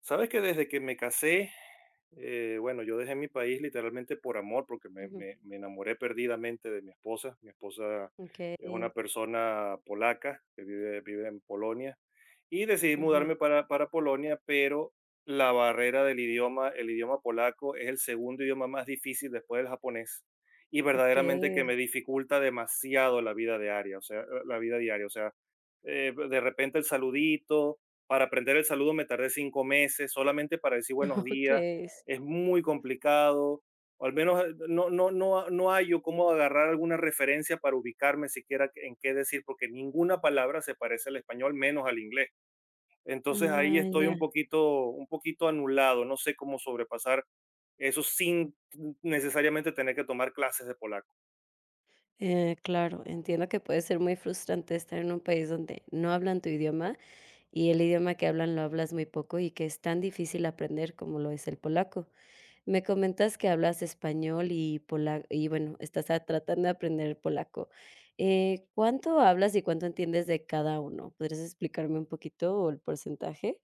Sabes que desde que me casé, bueno, yo dejé mi país literalmente por amor, porque Ujú, me enamoré perdidamente de mi esposa. Mi esposa es okey, una persona polaca que vive en Polonia y decidí ajá, mudarme para Polonia, pero la barrera del idioma, el idioma polaco es el segundo idioma más difícil después del japonés y verdaderamente que me okay, dificulta demasiado la vida diaria, o sea, la vida diaria, o sea, de repente el saludito para aprender el saludo me tardé 5 meses, solamente para decir buenos días. okay, s Es muy complicado, o al menos no hallo cómo agarrar alguna referencia para ubicarme siquiera en qué decir, porque ninguna palabra se parece al español, menos al inglés. Entonces, ahí ah, estoy ya, un poquito anulado, no sé cómo sobrepasar eso sin necesariamente tener que tomar clases de polaco. Claro, entiendo que puede ser muy frustrante estar en un país donde no hablan tu idioma, y el idioma que hablan lo hablas muy poco, y que es tan difícil aprender como lo es el polaco. Me comentas que hablas español y pola y bueno, estás a tratando de aprender polaco. ¿Cuánto hablas y cuánto entiendes de cada uno? ¿Podrías explicarme un poquito, o el porcentaje?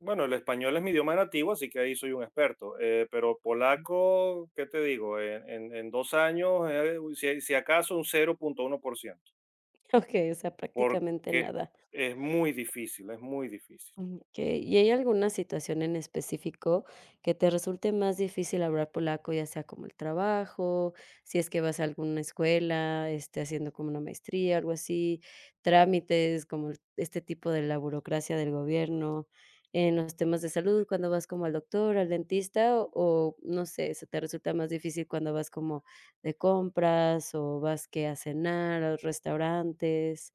Bueno, el español es mi idioma nativo, así que ahí soy un experto. Pero polaco, ¿qué te digo? En 2 años, uy, si acaso un 0,1%, Okey, o sea, prácticamente porque nada. es muy difícil, es muy difícil. Okey, ¿y hay alguna situación en específico que te resulte más difícil hablar polaco, ya sea como el trabajo, si es que vas a alguna escuela, este, haciendo como una maestría, algo así, trámites, como el este tipo de la burocracia del gobierno, en los temas de salud, cuando vas como al doctor, al dentista, o, no sé, se te resulta más difícil cuando vas como de compras o vas que a cenar, ¿a los restaurantes?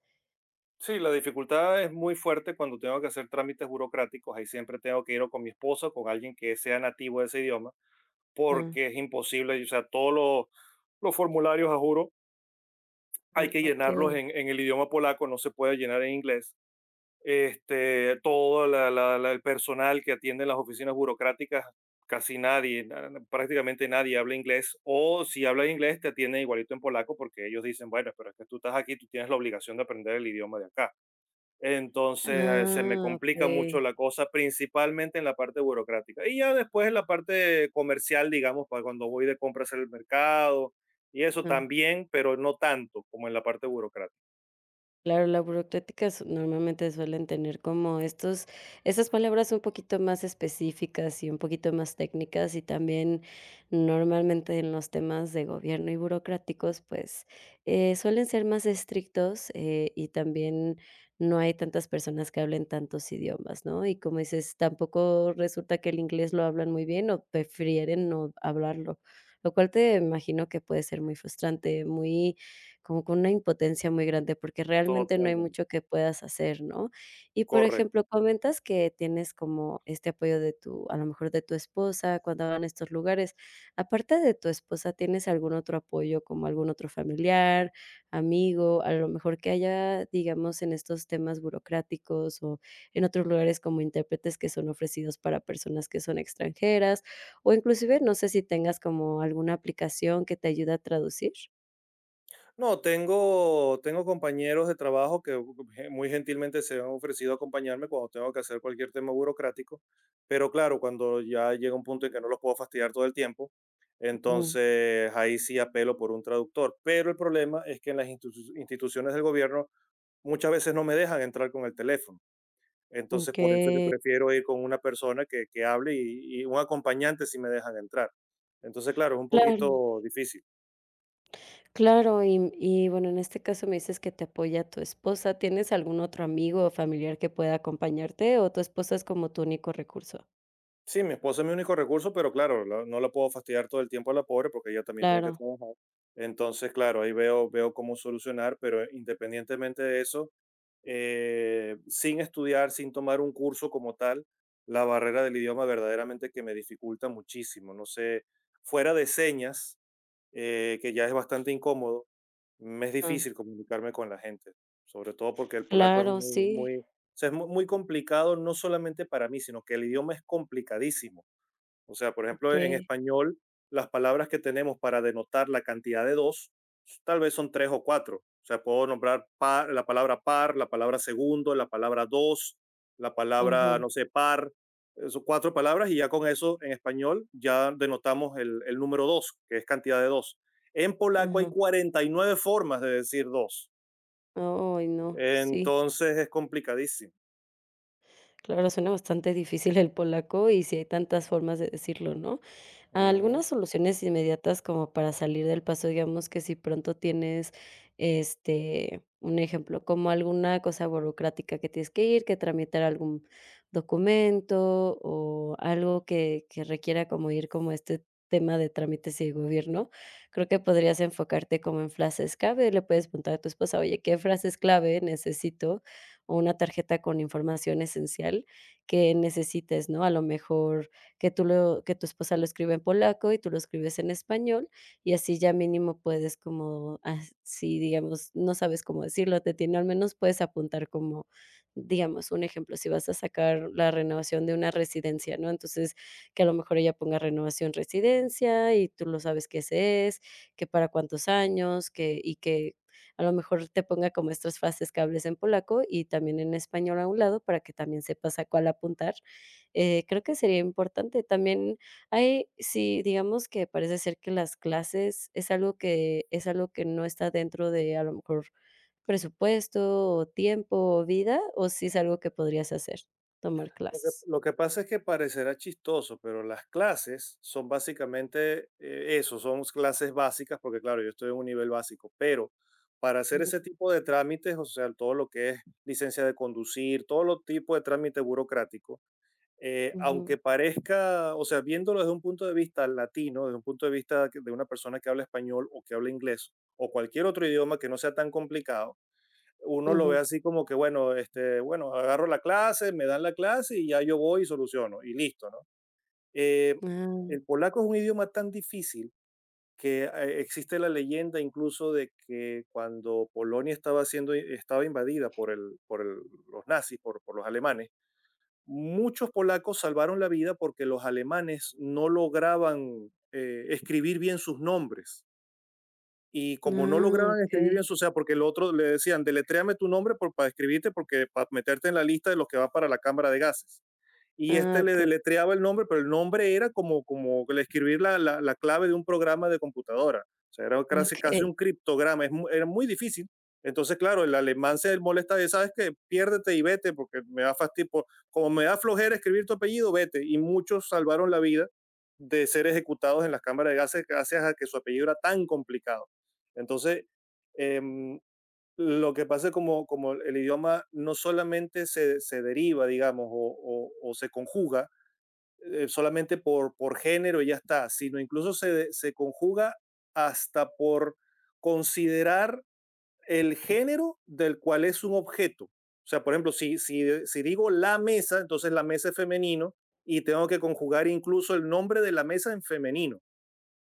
Sí, la dificultad es muy fuerte cuando tengo que hacer trámites burocráticos. Ahí siempre tengo que ir o con mi esposa o con alguien que sea nativo de ese idioma, Ah, porque es imposible. O sea, todos los formularios, a juro, hay ah, que okey. llenarlos en el idioma polaco, no se puede llenar en inglés. Este, todo el personal que atiende las oficinas burocráticas, casi nadie, prácticamente nadie habla inglés, o si habla inglés te atienden igualito en polaco porque ellos dicen, bueno, pero es que tú estás aquí, tú tienes la obligación de aprender el idioma de acá. Entonces se me Ah, complica mucho okey. la cosa, principalmente en la parte burocrática. Y ya después en la parte comercial, digamos, para cuando voy de compras al mercado y eso Ah, también, pero no tanto como en la parte burocrática. claro, la burocrática su normalmente suelen tener como estos esas palabras un poquito más específicas y un poquito más técnicas, y también normalmente en los temas de gobierno y burocráticos, pues, suelen ser más estrictos, y también no hay tantas personas que hablen tantos idiomas, ¿no? Y como dices, tampoco resulta que el inglés lo hablan muy bien o prefieren no hablarlo, lo cual te imagino que puede ser muy frustrante, muy como con una impotencia muy grande, porque realmente no hay Totalmente. mucho que puedas hacer, ¿no? Y, por Correcto. ejemplo, comentas que tienes como este apoyo de tu a lo mejor de tu esposa cuando van a estos lugares. Aparte de tu esposa, ¿tienes algún otro apoyo, como algún otro familiar, amigo, a lo mejor que haya, digamos, en estos temas burocráticos o en otros lugares como intérpretes que son ofrecidos para personas que son extranjeras? O inclusive, no sé si tengas como alguna aplicación que te ayude a traducir. No, tengo compañeros de trabajo que muy gentilmente se han ofrecido a acompañarme cuando tengo que hacer cualquier tema burocrático, pero claro, cuando ya llega un punto en que no los puedo fastidiar todo el tiempo, Ujú. entonces ahí sí apelo por un traductor. Pero el problema es que en las instituciones del gobierno muchas veces no me dejan entrar con el teléfono. Entonces por eso es que Okey. prefiero ir con una persona que hable y un acompañante si me dejan entrar. Entonces, claro, es un Claro, poquito difícil. claro. Y bueno, en este caso me dices que te apoya tu esposa, ¿tienes algún otro amigo o familiar que pueda acompañarte, o tu esposa es como tu único recurso? Sí, mi esposa es mi único recurso, pero claro, la- no la puedo fastidiar todo el tiempo a la pobre porque ella también tiene que Claro, trabajar. Entonces, claro, ahí veo cómo solucionar, pero independientemente de eso, sin estudiar, sin tomar un curso como tal, la barrera del idioma verdaderamente que me dificulta muchísimo. No sé, fuera de señas, que ya es bastante incómodo, me es ah, difícil comunicarme con la gente, sobre todo porque el polaco es claro, muy, sí, sea, es muy complicado no solamente para mí, sino que el idioma es complicadísimo. O sea, por ejemplo, en okey. español, las palabras que tenemos para denotar la cantidad de dos, tal vez son tres o cuatro. O sea, puedo nombrar la palabra par, la palabra segundo, la palabra dos, la palabra, Ajá, no sé, par. Eh, son cuatro palabras y ya con eso en español ya denotamos el número dos, que es cantidad de dos. En polaco hay ajá. 49 formas de decir dos. Ay, no, sí. Entonces es complicadísimo. Claro, suena bastante difícil el polaco y si hay tantas formas de decirlo, ¿no? Ujú. Algunas soluciones inmediatas como para salir del paso, digamos que si pronto tienes, este, un ejemplo, como alguna cosa burocrática que tienes que ir, que tramitar algún documento o algo que requiera como ir como este tema de trámites y gobierno, creo que podrías enfocarte como en frases clave, le puedes preguntar a tu esposa: "Oye, ¿qué frases clave necesito?", o una tarjeta con información esencial que necesites, ¿no? A lo mejor que tú lo que tu esposa lo escribe en polaco y tú lo escribes en español, y así ya mínimo puedes como, así digamos, no sabes cómo decirlo, te tiene al menos puedes apuntar como, digamos, un ejemplo, si vas a sacar la renovación de una residencia, ¿no? Entonces, que a lo mejor ella ponga renovación residencia y tú lo sabes que ese es, que para cuántos años, que y que a lo mejor te ponga como estas frases que hables en polaco y también en español a un lado para que también sepas a cuál apuntar creo que sería importante. También hay si digamos que parece ser que las clases es algo que no está dentro de, a lo mejor, presupuesto, o tiempo, o vida, o si es algo que podrías hacer, tomar clases. Lo que pasa es que parecerá chistoso, pero las clases son básicamente eso, son clases básicas, porque claro, yo estoy en un nivel básico, pero para hacer Ujú, ese tipo de trámites, o sea, todo lo que es licencia de conducir, todo lo tipo de trámite burocrático, ujú, aunque parezca, o sea, viéndolo desde un punto de vista latino, desde un punto de vista de una persona que habla español o que habla inglés o cualquier otro idioma que no sea tan complicado, uno lo ve ujú. así como que, bueno, este, bueno, agarro la clase, me dan la clase y ya yo voy y soluciono y listo, ¿no? Eh, Ah, el polaco es un idioma tan difícil que existe la leyenda incluso de que cuando Polonia estaba invadida los nazis, por los alemanes, muchos polacos salvaron la vida porque los alemanes no lograban escribir bien sus nombres y como no ah, lograban okey. escribir bien, su- o sea, porque el otro le decían, deletréame tu nombre para escribirte, porque para meterte en la lista de los que va para la Cámara de Gases y Ah, este le okey, deletreaba el nombre, pero el nombre era como, como escribir la, clave de un programa de computadora. O sea, era casi, casi okey, un criptograma, es, era muy difícil. Entonces, claro, el alemán se molesta de, sabes que piérdete y vete, porque me da fastidio, por- como me da flojera escribir tu apellido, vete. Y muchos salvaron la vida de ser ejecutados en las cámaras de gases gracias a que su apellido era tan complicado. Entonces, eh, lo que pasa es como, como el idioma no solamente se deriva, digamos, o se conjuga solamente por género y ya está, sino incluso se conjuga hasta por considerar el género del cual es un objeto. O sea, por ejemplo, si digo la mesa, entonces la mesa es femenino y tengo que conjugar incluso el nombre de la mesa en femenino.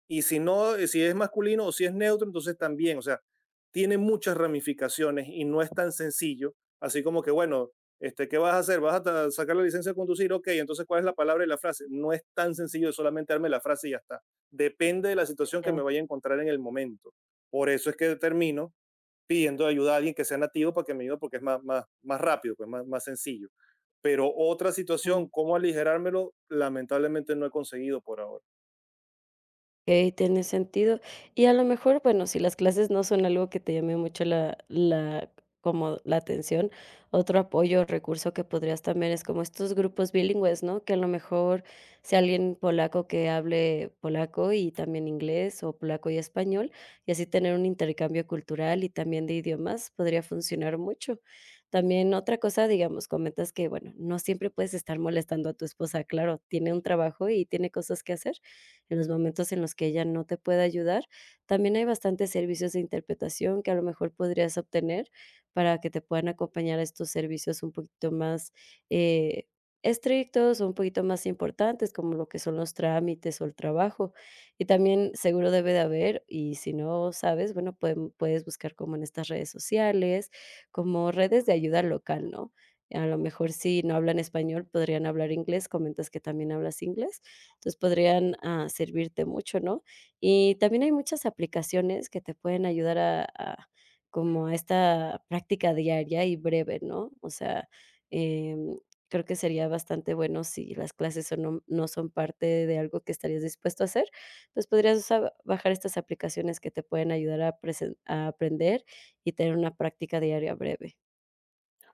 Y si no, si es masculino o si es neutro, entonces también, o sea, tiene muchas ramificaciones y no es tan sencillo, así como que, bueno, este, ¿qué vas a hacer? ¿Vas a sacar la licencia de conducir? Ok, entonces, ¿cuál es la palabra y la frase? No es tan sencillo de solamente darme la frase y ya está. Depende de la situación que ya, me vaya a encontrar en el momento. Por eso es que termino pidiendo ayuda a alguien que sea nativo para que me ayude porque es más rápido, pues más sencillo. Pero otra mm. situación, cómo aligerármelo, lamentablemente no he conseguido por ahora. Okey, tiene sentido. Y a lo mejor, bueno, si las clases no son algo que te llame mucho la la como la atención, otro apoyo o recurso que podrías también es como estos grupos bilingües, ¿no? Que a lo mejor sea alguien polaco que hable polaco y también inglés, o polaco y español, y así tener un intercambio cultural y también de idiomas podría funcionar mucho. También otra cosa, digamos, comentas que, bueno, no siempre puedes estar molestando a tu esposa, claro, tiene un trabajo y tiene cosas que hacer en los momentos en los que ella no te pueda ayudar. También hay bastantes servicios de interpretación que a lo mejor podrías obtener para que te puedan acompañar a estos servicios un poquito más, eh, estrictos o un poquito más importantes, como lo que son los trámites o el trabajo. Y también seguro debe de haber, y si no sabes, bueno, pueden puedes buscar como en estas redes sociales, como redes de ayuda local, ¿no? A lo mejor si no hablan español, podrían hablar inglés, comentas que también hablas inglés, entonces podrían, ah, servirte mucho, ¿no? Y también hay muchas aplicaciones que te pueden ayudar a como a esta práctica diaria y breve, ¿no? O sea, em, creo que sería bastante bueno si las clases son no no son parte de algo que estarías dispuesto a hacer, pues podrías usar bajar estas aplicaciones que te pueden ayudar a presen a aprender y tener una práctica diaria breve.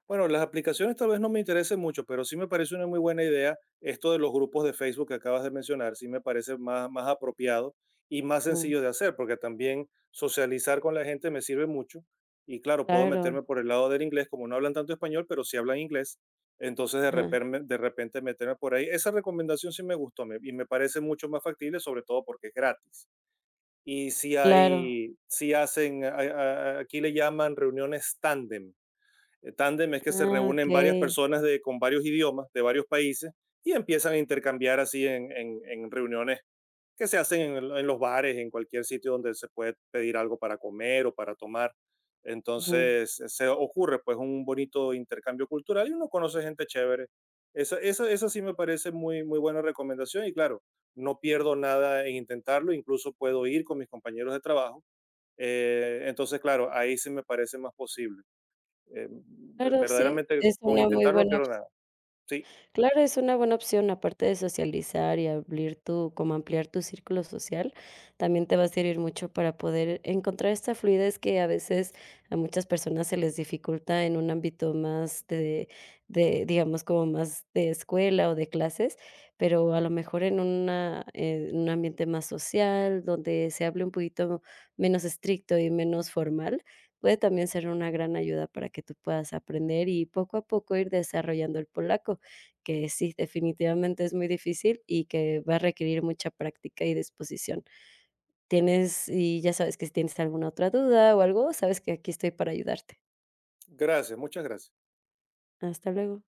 Bueno, las aplicaciones tal vez no me interesen mucho, pero sí me parece una muy buena idea esto de los grupos de Facebook que acabas de mencionar. Sí me parece más apropiado y más Mm, sencillo de hacer, porque también socializar con la gente me sirve mucho. Y claro, puedo claro, meterme por el lado del inglés, como no hablan tanto español, pero sí hablan inglés. Entonces, ajá, de repente meterme por ahí. Esa recomendación sí me y me parece mucho más factible, sobre todo porque es gratis. Y si claro. hay, si hacen, aquí le llaman reuniones tándem tándem es que se Ah, reúnen varias okey, personas de, con varios idiomas de varios países y empiezan a intercambiar así en reuniones que se hacen en los bares, en cualquier sitio donde se puede pedir algo para comer o para tomar. ujú. Entonces se ocurre pues un bonito intercambio cultural y uno conoce gente chévere. Esa sí me parece muy, muy buena recomendación y claro, no pierdo nada en intentarlo, incluso puedo ir con mis compañeros de trabajo. Entonces, claro, ahí sí me parece más posible Claro, sí, verdaderamente es con una muy intentar no buena pierdo opción. nada. Sí, Claro, es una buena opción, aparte de socializar y abrir tu como ampliar tu círculo social, también te va a servir mucho para poder encontrar esta fluidez que a veces a muchas personas se les dificulta en un ámbito más de, digamos, como más de escuela o de clases, pero a lo mejor en una en un ambiente más social, donde se hable un poquito menos estricto y menos formal, puede también ser una gran ayuda para que tú puedas aprender y poco a poco ir desarrollando el polaco que sí, definitivamente es muy difícil y que va a requerir mucha práctica y disposición. Tienes y ya sabes que si tienes alguna otra duda o algo, sabes que aquí estoy para ayudarte. gracias, muchas gracias. Hasta luego.